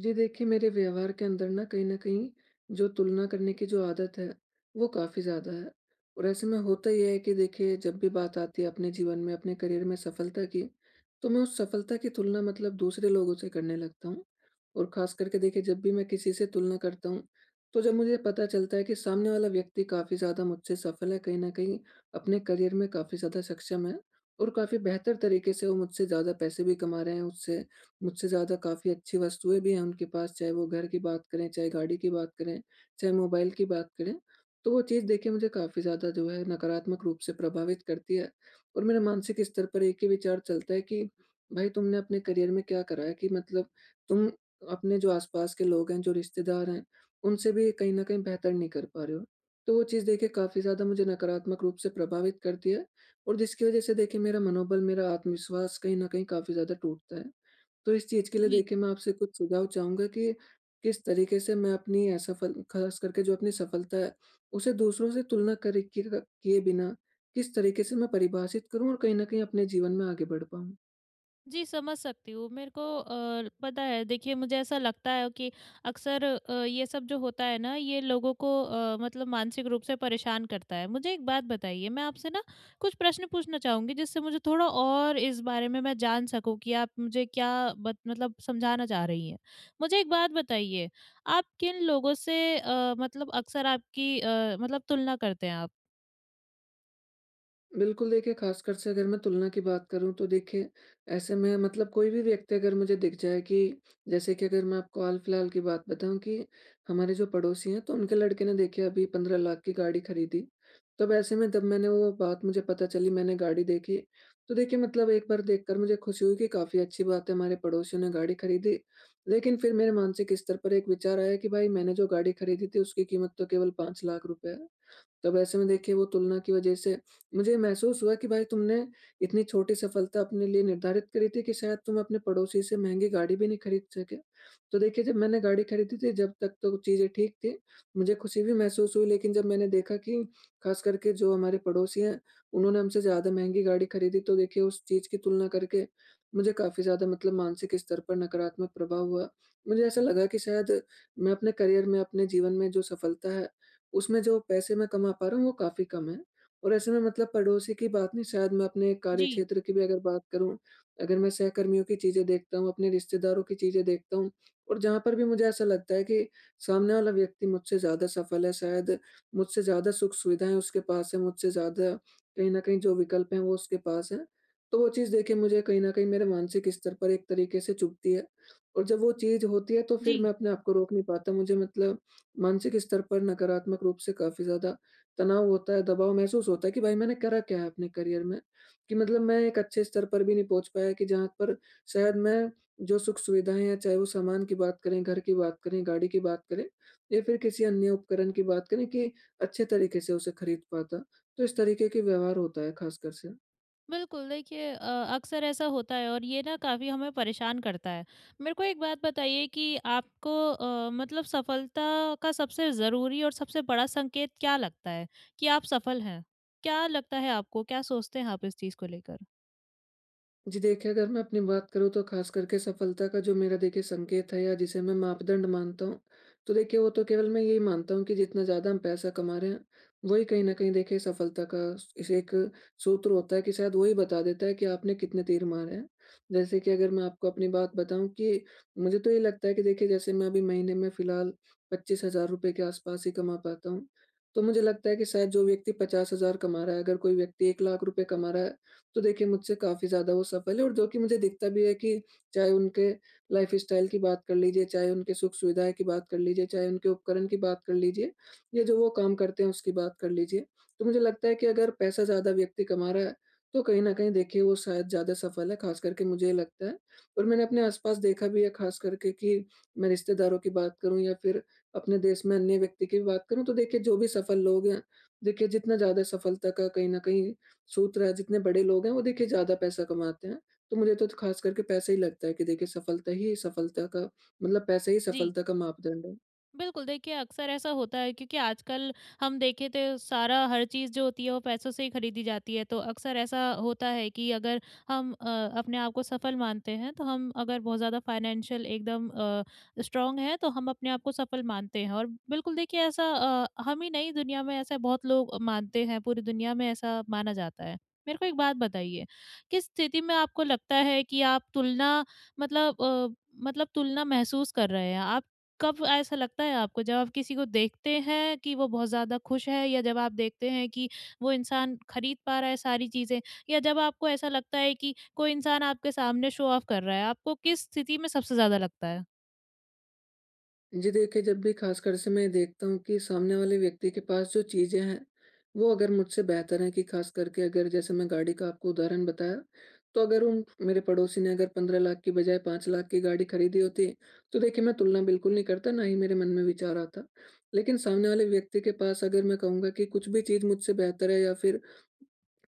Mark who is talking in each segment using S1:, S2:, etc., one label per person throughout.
S1: जी देखिए, मेरे व्यवहार के अंदर ना कहीं न कहीं जो तुलना करने की जो आदत है, वो काफ़ी ज़्यादा है। और ऐसे में होता ये है कि देखिए जब भी बात आती है अपने जीवन में, अपने करियर में सफलता की, तो मैं उस सफलता की तुलना मतलब दूसरे लोगों से करने लगता हूँ। और ख़ास करके देखिए जब भी मैं किसी से तुलना करता हूँ, तो जब मुझे पता चलता है कि सामने वाला व्यक्ति काफ़ी ज़्यादा मुझसे सफल है, कहीं न कहीं अपने करियर में काफ़ी ज़्यादा सक्षम है और काफ़ी बेहतर तरीके से वो मुझसे ज़्यादा पैसे भी कमा रहे हैं, उससे मुझसे ज़्यादा काफ़ी अच्छी वस्तुएँ भी हैं उनके पास, चाहे वो घर की बात करें, चाहे गाड़ी की बात करें, चाहे मोबाइल की बात करें। तो वो चीज़ देखिए मुझे काफ़ी ज़्यादा जो है नकारात्मक रूप से प्रभावित करती है और मेरे मानसिक स्तर पर एक ही विचार चलता है कि भाई तुमने अपने करियर में क्या करा है कि मतलब तुम अपने जो आस-पास के लोग हैं, जो रिश्तेदार हैं, उनसे भी कहीं न कहीं बेहतर नहीं कर पा रहे हो। तो वो चीज़ देखिए काफ़ी ज़्यादा मुझे नकारात्मक रूप से प्रभावित करती है और जिसकी वज़ह से देखिए मेरा मनोबल, मेरा आत्मविश्वास कहीं न कहीं काफ़ी ज़्यादा टूटता है। तो इस चीज़ के लिए
S2: जी।
S1: देखिए मैं आपसे कुछ सुझाव चाहूँगा कि किस तरीके से मैं अपनी असफल ख़ास करके जो अपनी सफलता है, उसे दूसरों से तुलना करे किए किए बिना, किस तरीके से मैं परिभाषित करूँ और कहीं न कहीं अपने जीवन में आगे बढ़ पाऊँ?
S2: जी, समझ सकती हूँ। मेरे को पता है, देखिए मुझे ऐसा लगता है कि अक्सर ये सब जो होता है ना, ये लोगों को मतलब मानसिक रूप से परेशान करता है। मुझे एक बात बताइए, मैं आपसे ना कुछ प्रश्न पूछना चाहूँगी, जिससे मुझे थोड़ा और इस बारे में मैं जान सकूँ कि आप मुझे क्या बत मतलब समझाना चाह रही हैं। मुझे एक बात बताइए, आप किन लोगों से मतलब अक्सर आपकी मतलब तुलना करते हैं आप?
S1: बिल्कुल देखिए, ख़ासकर से अगर मैं तुलना की बात करूँ तो देखिए, ऐसे में मतलब कोई भी व्यक्ति अगर मुझे दिख जाए कि जैसे कि अगर मैं आपको हाल-फिलहाल की बात बताऊँ कि हमारे जो पड़ोसी हैं, तो उनके लड़के ने देखिए अभी 15 लाख की गाड़ी खरीदी। तब ऐसे में जब मैंने वो बात मुझे पता चली, मैंने गाड़ी देखी, तो देखिए मतलब एक बार देखकर मुझे खुशी हुई कि काफ़ी अच्छी बात है, हमारे पड़ोसियों ने गाड़ी खरीदी। लेकिन फिर मेरे मानसिक स्तर पर एक विचार आया कि भाई मैंने जो गाड़ी खरीदी थी उसकी कीमत तो केवल 5 लाख रुपए है। तब ऐसे में देखिए वो तुलना की वजह से मुझे महसूस हुआ कि भाई तुमने इतनी छोटी सफलता अपने लिए निर्धारित करी थी कि शायद तुम अपने पड़ोसी से महंगी गाड़ी भी नहीं खरीद सके। तो देखिए जब मैंने गाड़ी खरीदी थी जब तक तो चीज़ें ठीक थी, मुझे खुशी भी महसूस हुई लेकिन जब मैंने देखा कि ख़ास करके जो हमारे पड़ोसी हैं, उन्होंने हमसे ज़्यादा महँगी गाड़ी खरीदी तो देखिए उस चीज़ की तुलना करके मुझे काफ़ी ज़्यादा मतलब मानसिक स्तर पर नकारात्मक प्रभाव हुआ। मुझे ऐसा लगा कि शायद मैं अपने करियर में, अपने जीवन में जो सफलता है उसमें जो पैसे मैं कमा पा रहा हूँ वो काफ़ी कम है और ऐसे में मतलब पड़ोसी की बात नहीं शायद मैं अपने
S2: जी,
S1: कार्यक्षेत्र की भी अगर बात करूँ, अगर मैं सहकर्मियों की चीज़ें देखता हूँ, अपने रिश्तेदारों की चीज़ें देखता हूँ और जहाँ पर भी मुझे ऐसा लगता है कि सामने वाला व्यक्ति मुझसे ज़्यादा सफल है, शायद मुझसे ज़्यादा सुख-सुविधाएँ उसके पास है, मुझसे ज़्यादा कहीं न कहीं जो विकल्प हैं वो उसके पास हैं, तो वो चीज़ देखिए मुझे कहीं न कहीं मेरे मानसिक स्तर पर एक तरीके से चुभती है और जब वो चीज़ होती है तो फिर
S2: जी।
S1: मैं अपने आप को रोक नहीं पाता। मुझे मतलब मानसिक स्तर पर नकारात्मक रूप से काफ़ी ज़्यादा तनाव होता है, दबाव महसूस होता है कि भाई मैंने करा क्या है अपने करियर में? कि मतलब मैं एक अच्छे स्तर पर भी नहीं पहुँच पाया कि जहाँ पर शायद मैं जो सुख-सुविधाएँ हैं, चाहे वो सामान की बात करें, घर की बात करें, गाड़ी की बात करें या फिर किसी अन्य उपकरण की बात करें कि अच्छे तरीके से उसे खरीद पाता। तो इस तरीके के व्यवहार होता है ख़ासकर से।
S2: बिल्कुल, देखिए अक्सर ऐसा होता है और ये ना काफ़ी हमें परेशान करता है। मेरे को एक बात बताइए कि आपको मतलब सफलता का सबसे ज़रूरी और सबसे बड़ा संकेत क्या लगता है कि आप सफल हैं? क्या लगता है आपको? क्या सोचते हैं आप इस चीज़ को लेकर?
S1: जी देखिए, अगर मैं अपनी बात करूँ तो ख़ास करके सफलता का जो मेरा देखिए संकेत है या जिसे मैं मापदंड मानता हूँ, तो देखिए वो तो केवल मैं यही मानता हूँ कि जितना ज़्यादा हम पैसा कमा रहे हैं, वही कहीं न कहीं देखिए सफलता का इसे एक सूत्र होता है कि शायद वही बता देता है कि आपने कितने तीर मारे हैं। जैसे कि अगर मैं आपको अपनी बात बताऊँ कि मुझे तो ये लगता है कि देखिए जैसे मैं अभी महीने में फ़िलहाल ₹25,000 के आस-पास ही कमा पाता हूँ। तो मुझे लगता है कि शायद जो व्यक्ति 50,000 कमा रहा है, अगर कोई व्यक्ति ₹1,00,000 कमा रहा है तो देखिए मुझसे काफ़ी ज़्यादा वो सफल है और जो कि मुझे दिखता भी है कि चाहे उनके लाइफ़स्टाइल की बात कर लीजिए, चाहे उनके सुख-सुविधाएँ की बात कर लीजिए, चाहे उनके उपकरण की बात कर लीजिए, या जो वो काम करते हैं उसकी बात कर लीजिए। तो मुझे लगता है कि अगर पैसा ज़्यादा व्यक्ति कमा रहा है, तो कहीं न कहीं देखिए वो शायद ज़्यादा सफल है, ख़ास करके मुझे ये लगता है। और मैंने अपने आस-पास देखा भी है ख़ास करके कि मैं रिश्तेदारों की बात करूँ या फिर अपने देश में अन्य व्यक्ति की बात करूँ, तो देखिए जो भी सफल लोग हैं, देखिए जितना ज़्यादा सफलता का कहीं न कहीं सूत्र है, जितने बड़े लोग हैं वो देखिए ज़्यादा पैसा कमाते हैं। तो मुझे तो खास करके पैसा ही लगता है कि देखिए सफलता ही सफलता का मतलब पैसा ही
S2: जी।
S1: सफलता का मापदंड है।
S2: बिल्कुल, देखिए अक्सर ऐसा होता है क्योंकि आजकल हम देखें तो सारा हर चीज़ जो होती है वो पैसों से ही खरीदी जाती है। तो अक्सर ऐसा होता है कि अगर हम अपने आप को सफल मानते हैं, तो हम अगर बहुत ज़्यादा फाइनेंशियल एकदम स्ट्रॉन्ग हैं तो हम अपने आप को सफल मानते हैं। और बिल्कुल देखिए, ऐसा हम ही नहीं, दुनिया में ऐसे बहुत लोग मानते हैं, पूरी दुनिया में ऐसा माना जाता है। मेरे को एक बात बताइए, किस स्थिति में आपको लगता है कि आप तुलना, मतलब मतलब तुलना महसूस कर रहे हैं? आप, कब ऐसा लगता है आपको, जब आप किसी को देखते हैं कि वो बहुत ज़्यादा खुश है, या जब आप देखते हैं कि वो इंसान खरीद पा रहा है सारी चीज़ें, या जब आपको ऐसा लगता है कि कोई इंसान आपके सामने शो ऑफ कर रहा है, आपको किस स्थिति में सबसे ज़्यादा लगता है?
S1: जी देखिए, जब भी खासकर से मैं देखता हूँ कि सामने वाले व्यक्ति के पास जो चीज़ें हैं, वो अगर मुझसे बेहतर हैं कि खास करके अगर जैसे मैं गाड़ी का आपको उदाहरण बताया, तो अगर उन मेरे पड़ोसी ने अगर 15 लाख की बजाय 5 लाख की गाड़ी खरीदी होती, तो देखिए मैं तुलना बिल्कुल नहीं करता, ना ही मेरे मन में विचार आता। लेकिन सामने वाले व्यक्ति के पास अगर मैं कहूँगा कि कुछ भी चीज़ मुझसे बेहतर है या फिर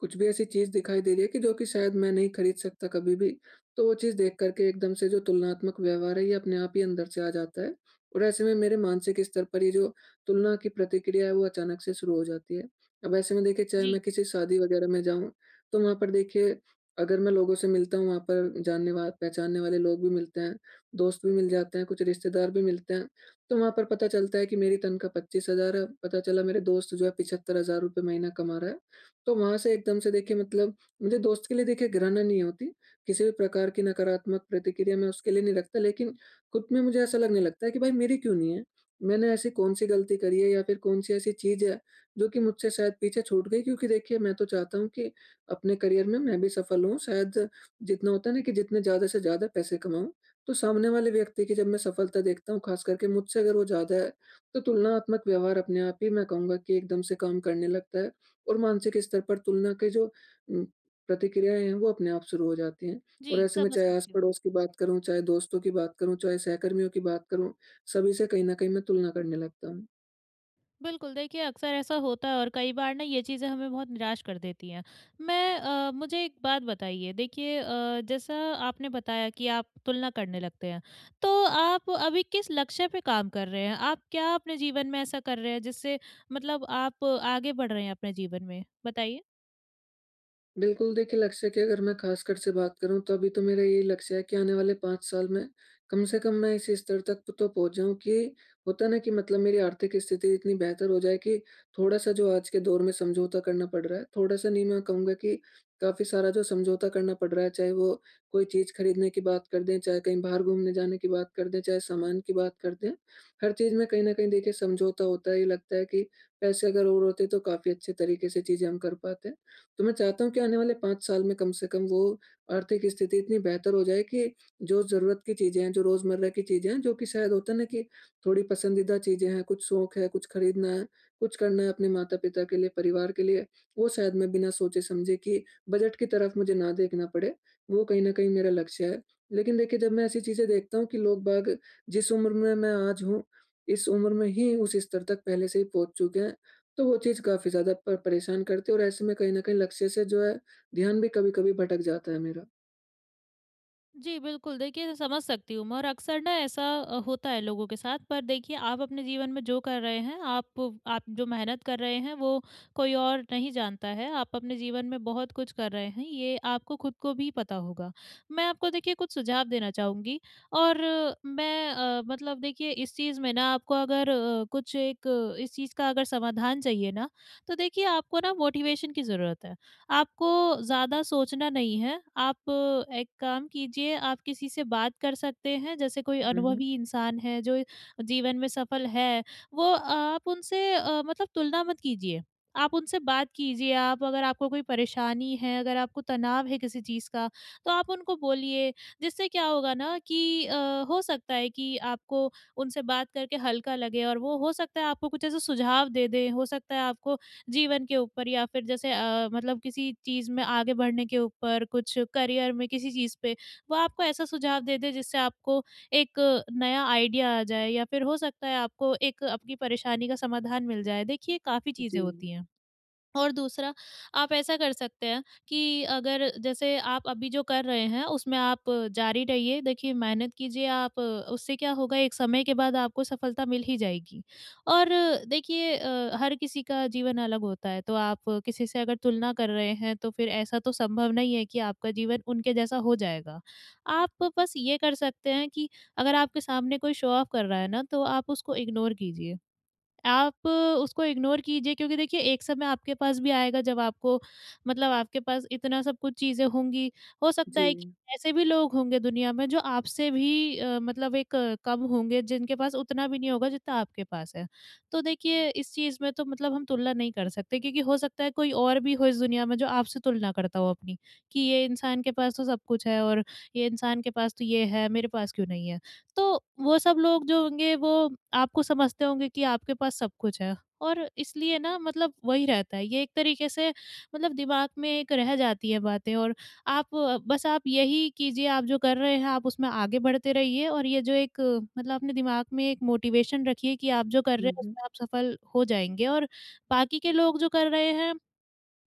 S1: कुछ भी ऐसी चीज़ दिखाई दे रही है कि जो कि शायद मैं नहीं खरीद सकता कभी भी, तो वो चीज़ देख कर के एकदम से जो तुलनात्मक व्यवहार है, ये अपने आप ही अंदर से आ जाता है और ऐसे में मेरे मानसिक स्तर पर ये जो तुलना की प्रतिक्रिया है, वो अचानक से शुरू हो जाती है। अब ऐसे में देखिए चाहे मैं
S2: जी।
S1: किसी शादी वगैरह में जाऊँ, तो वहाँ पर देखिए अगर मैं लोगों से मिलता हूँ, वहाँ पर जानने वा पहचानने वाले लोग भी मिलते हैं, दोस्त भी मिल जाते हैं, कुछ रिश्तेदार भी मिलते हैं, तो वहाँ पर पता चलता है कि मेरी तनख्वाह 25,000 है, पता चला मेरे दोस्त जो है ₹75,000 महीना कमा रहा है। तो वहाँ से एकदम से देखिए मतलब मुझे दोस्त के लिए देखिए घिरणा नहीं होती। किसी भी प्रकार की नकारात्मक प्रतिक्रिया मैं उसके लिए नहीं रखता लेकिन खुद में मुझे ऐसा लगने लगता है कि भाई मेरी क्यों नहीं है? मैंने ऐसी कौन-सी गलती करी है या फिर कौन-सी ऐसी चीज़ है जो कि मुझसे शायद पीछे छूट गई? क्योंकि देखिए मैं तो चाहता हूँ कि अपने करियर में मैं भी सफल हूँ। शायद जितना होता है ना कि जितने ज़्यादा से ज़्यादा पैसे कमाऊँ। तो सामने वाले व्यक्ति की जब मैं सफलता देखता हूँ ख़ास करके मुझसे अगर वो ज़्यादा है, तो तुलनात्मक व्यवहार अपने आप ही मैं कहूँगा कि एकदम से काम करने लगता है। और मानसिक स्तर पर तुलना के जो उम, प्रतिक्रियाएँ हैं, वो अपने आप शुरू हो जाती हैं। और
S2: जी,
S1: ऐसे में
S2: समझ
S1: चाहे
S2: सकती हूँ।
S1: आस-पड़ोस की बात करूँ, चाहे दोस्तों की बात करूँ, चाहे सहकर्मियों की बात करूँ, सभी से कहीं न कहीं मैं तुलना करने लगता हूँ।
S2: बिल्कुल, देखिए अक्सर ऐसा होता है और कई बार ना ये चीज़ें हमें बहुत निराश कर देती हैं। मुझे एक बात बताइए, देखिए जैसा आपने बताया कि आप तुलना करने लगते हैं, तो आप अभी किस लक्ष्य पे काम कर रहे हैं? आप क्या अपने जीवन में ऐसा कर रहे हैं जिससे मतलब आप आगे बढ़ रहे हैं अपने जीवन में? बताइए।
S1: बिल्कुल, देखिए लक्ष्य की अगर मैं ख़ासकर से बात करूँ तो अभी तो मेरा यही लक्ष्य है कि आने वाले 5 साल में कम से कम मैं इस स्तर तक तो पहुँच जाऊँ कि होता है ना कि मतलब मेरी आर्थिक स्थिति इतनी बेहतर हो जाए कि थोड़ा-सा जो आज के दौर में समझौता करना पड़ रहा है, थोड़ा-सा नहीं मैं कहूँगा कि काफ़ी सारा जो समझौता करना पड़ रहा है, चाहे वो कोई चीज़ खरीदने की बात कर दें, चाहे कहीं बाहर घूमने जाने की बात कर दें, चाहे सामान की बात कर दें, हर चीज़ में कहीं न कहीं देखिए समझौता होता है। ये लगता है कि पैसे अगर और होते तो काफ़ी अच्छे तरीके से चीज़ें हम कर पाते। तो मैं चाहता हूँ कि आने वाले 5 साल में कम से कम वो आर्थिक स्थिति इतनी बेहतर हो जाए कि जो ज़रूरत की चीज़ें हैं, जो रोज़मर्रा की चीज़ें हैं, जो कि शायद होता है ना कि थोड़ी पसंदीदा चीज़ें हैं, कुछ शौक है, कुछ खरीदना है, कुछ करना है अपने माता-पिता के लिए, परिवार के लिए, वो शायद मैं बिना सोचे-समझे कि बजट की तरफ मुझे ना देखना पड़े, वो कहीं न कहीं मेरा लक्ष्य है। लेकिन देखिए, जब मैं ऐसी चीज़ें देखता हूँ कि लोग-बाग जिस उम्र में मैं आज हूँ, इस उम्र में ही उस स्तर तक पहले से ही पहुँच चुके हैं, तो वो चीज़ काफ़ी ज़्यादा प परेशान करती है और ऐसे में कहीं न कहीं लक्ष्य से जो है, ध्यान भी कभी-कभी भटक जाता है मेरा।
S2: जी, बिल्कुल। देखिए, समझ सकती हूँ मैं, और अक्सर ना ऐसा होता है लोगों के साथ। पर देखिए, आप अपने जीवन में जो कर रहे हैं, आप जो मेहनत कर रहे हैं, वो कोई और नहीं जानता है। आप अपने जीवन में बहुत कुछ कर रहे हैं, ये आपको खुद को भी पता होगा। मैं आपको देखिए कुछ सुझाव देना चाहूँगी। और मैं मतलब देखिए, इस चीज़ में ना आपको अगर कुछ एक, इस चीज़ का अगर समाधान चाहिए ना, तो देखिए आपको ना मोटिवेशन की ज़रूरत है। आपको ज़्यादा सोचना नहीं है। आप एक काम कीजिए, आप किसी से बात कर सकते हैं, जैसे कोई
S1: हुँ, हुँ।
S2: अनुभवी इंसान है जो जीवन में सफल है, वो, आप उनसे मतलब तुलना मत कीजिए। आप उनसे बात कीजिए, आप, अगर आपको कोई परेशानी है, अगर आपको तनाव है किसी चीज़ का, तो आप उनको बोलिए। जिससे क्या होगा ना कि हो सकता है कि आपको उनसे बात करके हल्का लगे, और वो हो सकता है आपको कुछ ऐसे सुझाव दे दें, हो सकता है आपको जीवन के ऊपर, या फिर जैसे मतलब किसी चीज़ में आगे बढ़ने के ऊपर, कुछ करियर में किसी चीज़ पे, वो आपको ऐसा सुझाव दे दे जिससे आपको एक नया आइडिया आ जाए, या फिर हो सकता है आपको एक आपकी परेशानी का समाधान मिल जाए। देखिए, काफ़ी चीज़ें
S1: जी,
S2: होती हैं। और दूसरा, आप ऐसा कर सकते हैं कि अगर जैसे आप अभी जो कर रहे हैं उसमें आप जारी रहिए, देखिए मेहनत कीजिए। आप उससे क्या होगा, एक समय के बाद आपको सफलता मिल ही जाएगी। और देखिए हर किसी का जीवन अलग होता है, तो आप किसी से अगर तुलना कर रहे हैं तो फिर ऐसा तो संभव नहीं है कि आपका जीवन उनके जैसा हो जाएगा। आप बस ये कर सकते हैं कि अगर आपके सामने कोई शो ऑफ कर रहा है ना, तो आप उसको इग्नोर कीजिए, आप उसको इग्नोर कीजिए। क्योंकि देखिए, एक समय आपके पास भी आएगा, जब आपको मतलब आपके पास इतना सब कुछ चीज़ें होंगी। हो सकता
S1: जी।
S2: है कि ऐसे भी लोग होंगे दुनिया में जो आपसे भी मतलब एक कम होंगे, जिनके पास उतना भी नहीं होगा जितना आपके पास है। तो देखिए, इस चीज़ में तो मतलब हम तुलना नहीं कर सकते, क्योंकि हो सकता है कोई और भी हो इस दुनिया में जो आपसे तुलना करता हो अपनी, कि ये इंसान के पास तो सब कुछ है, और ये इंसान के पास तो ये है, मेरे पास क्यों नहीं है? तो वो सब लोग जो होंगे वो आपको समझते होंगे कि आपके पास सब कुछ है। और इसलिए ना मतलब वही रहता है, ये एक तरीके से मतलब दिमाग में एक रह जाती है बातें। और आप बस आप यही कीजिए, आप जो कर रहे हैं आप उसमें आगे बढ़ते रहिए, और ये जो एक मतलब अपने दिमाग में एक मोटिवेशन रखिए कि आप जो कर रहे
S1: हुँ,
S2: हैं
S1: हुँ।
S2: उसमें आप सफल हो जाएंगे। और बाकी के लोग जो कर रहे हैं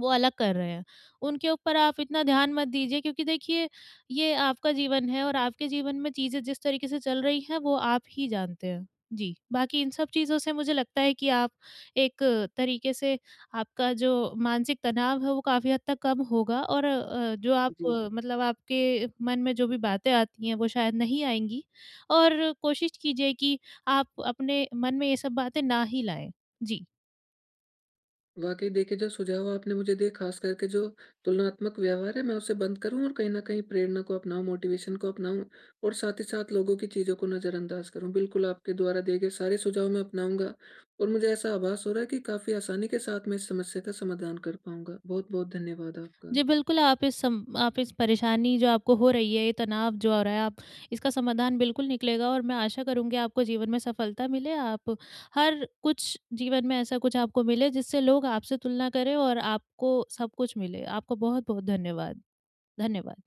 S2: वो अलग कर रहे हैं। उनके ऊपर आप इतना ध्यान मत दीजिए, क्योंकि देखिए ये आपका जीवन है, और आपके जीवन में चीज़ें जिस तरीके से चल रही हैं वो आप ही जानते हैं। जी, बाकी इन सब चीज़ों से मुझे लगता है कि आप एक तरीके से आपका जो मानसिक तनाव है वो काफ़ी हद तक कम होगा, और जो आप
S1: जी।
S2: मतलब आपके मन में जो भी बातें आती हैं वो शायद नहीं आएँगी। और कोशिश कीजिए कि आप अपने मन में ये सब बातें ना ही लाएँ। जी।
S1: वाक़ई देखिए, जो सुझाव आपने मुझे दिए ख़ास करके जो तुलनात्मक व्यवहार है मैं उसे बंद करूँ और कहीं न कहीं प्रेरणा को अपनाऊँ, मोटिवेशन को अपनाऊँ और साथ ही साथ लोगों की चीज़ों को नज़रअंदाज़ करूँ। बिल्कुल, आपके द्वारा दिए गए सारे सुझाव मैं अपनाऊँगा और मुझे ऐसा आभास हो रहा है कि काफ़ी आसानी के साथ मैं इस समस्या का समाधान कर पाऊँगा। बहुत-बहुत धन्यवाद आपका।
S2: जी, बिल्कुल। आप इस परेशानी जो आपको हो रही है, ये तनाव जो हो रहा है, आप, इसका समाधान बिल्कुल निकलेगा, और मैं आशा करूँगी आपको जीवन में सफलता मिले। आप हर कुछ, जीवन में ऐसा कुछ आपको मिले जिससे लोग आपसे तुलना करें, और आपको सब कुछ मिले। आपको बहुत-बहुत धन्यवाद। धन्यवाद।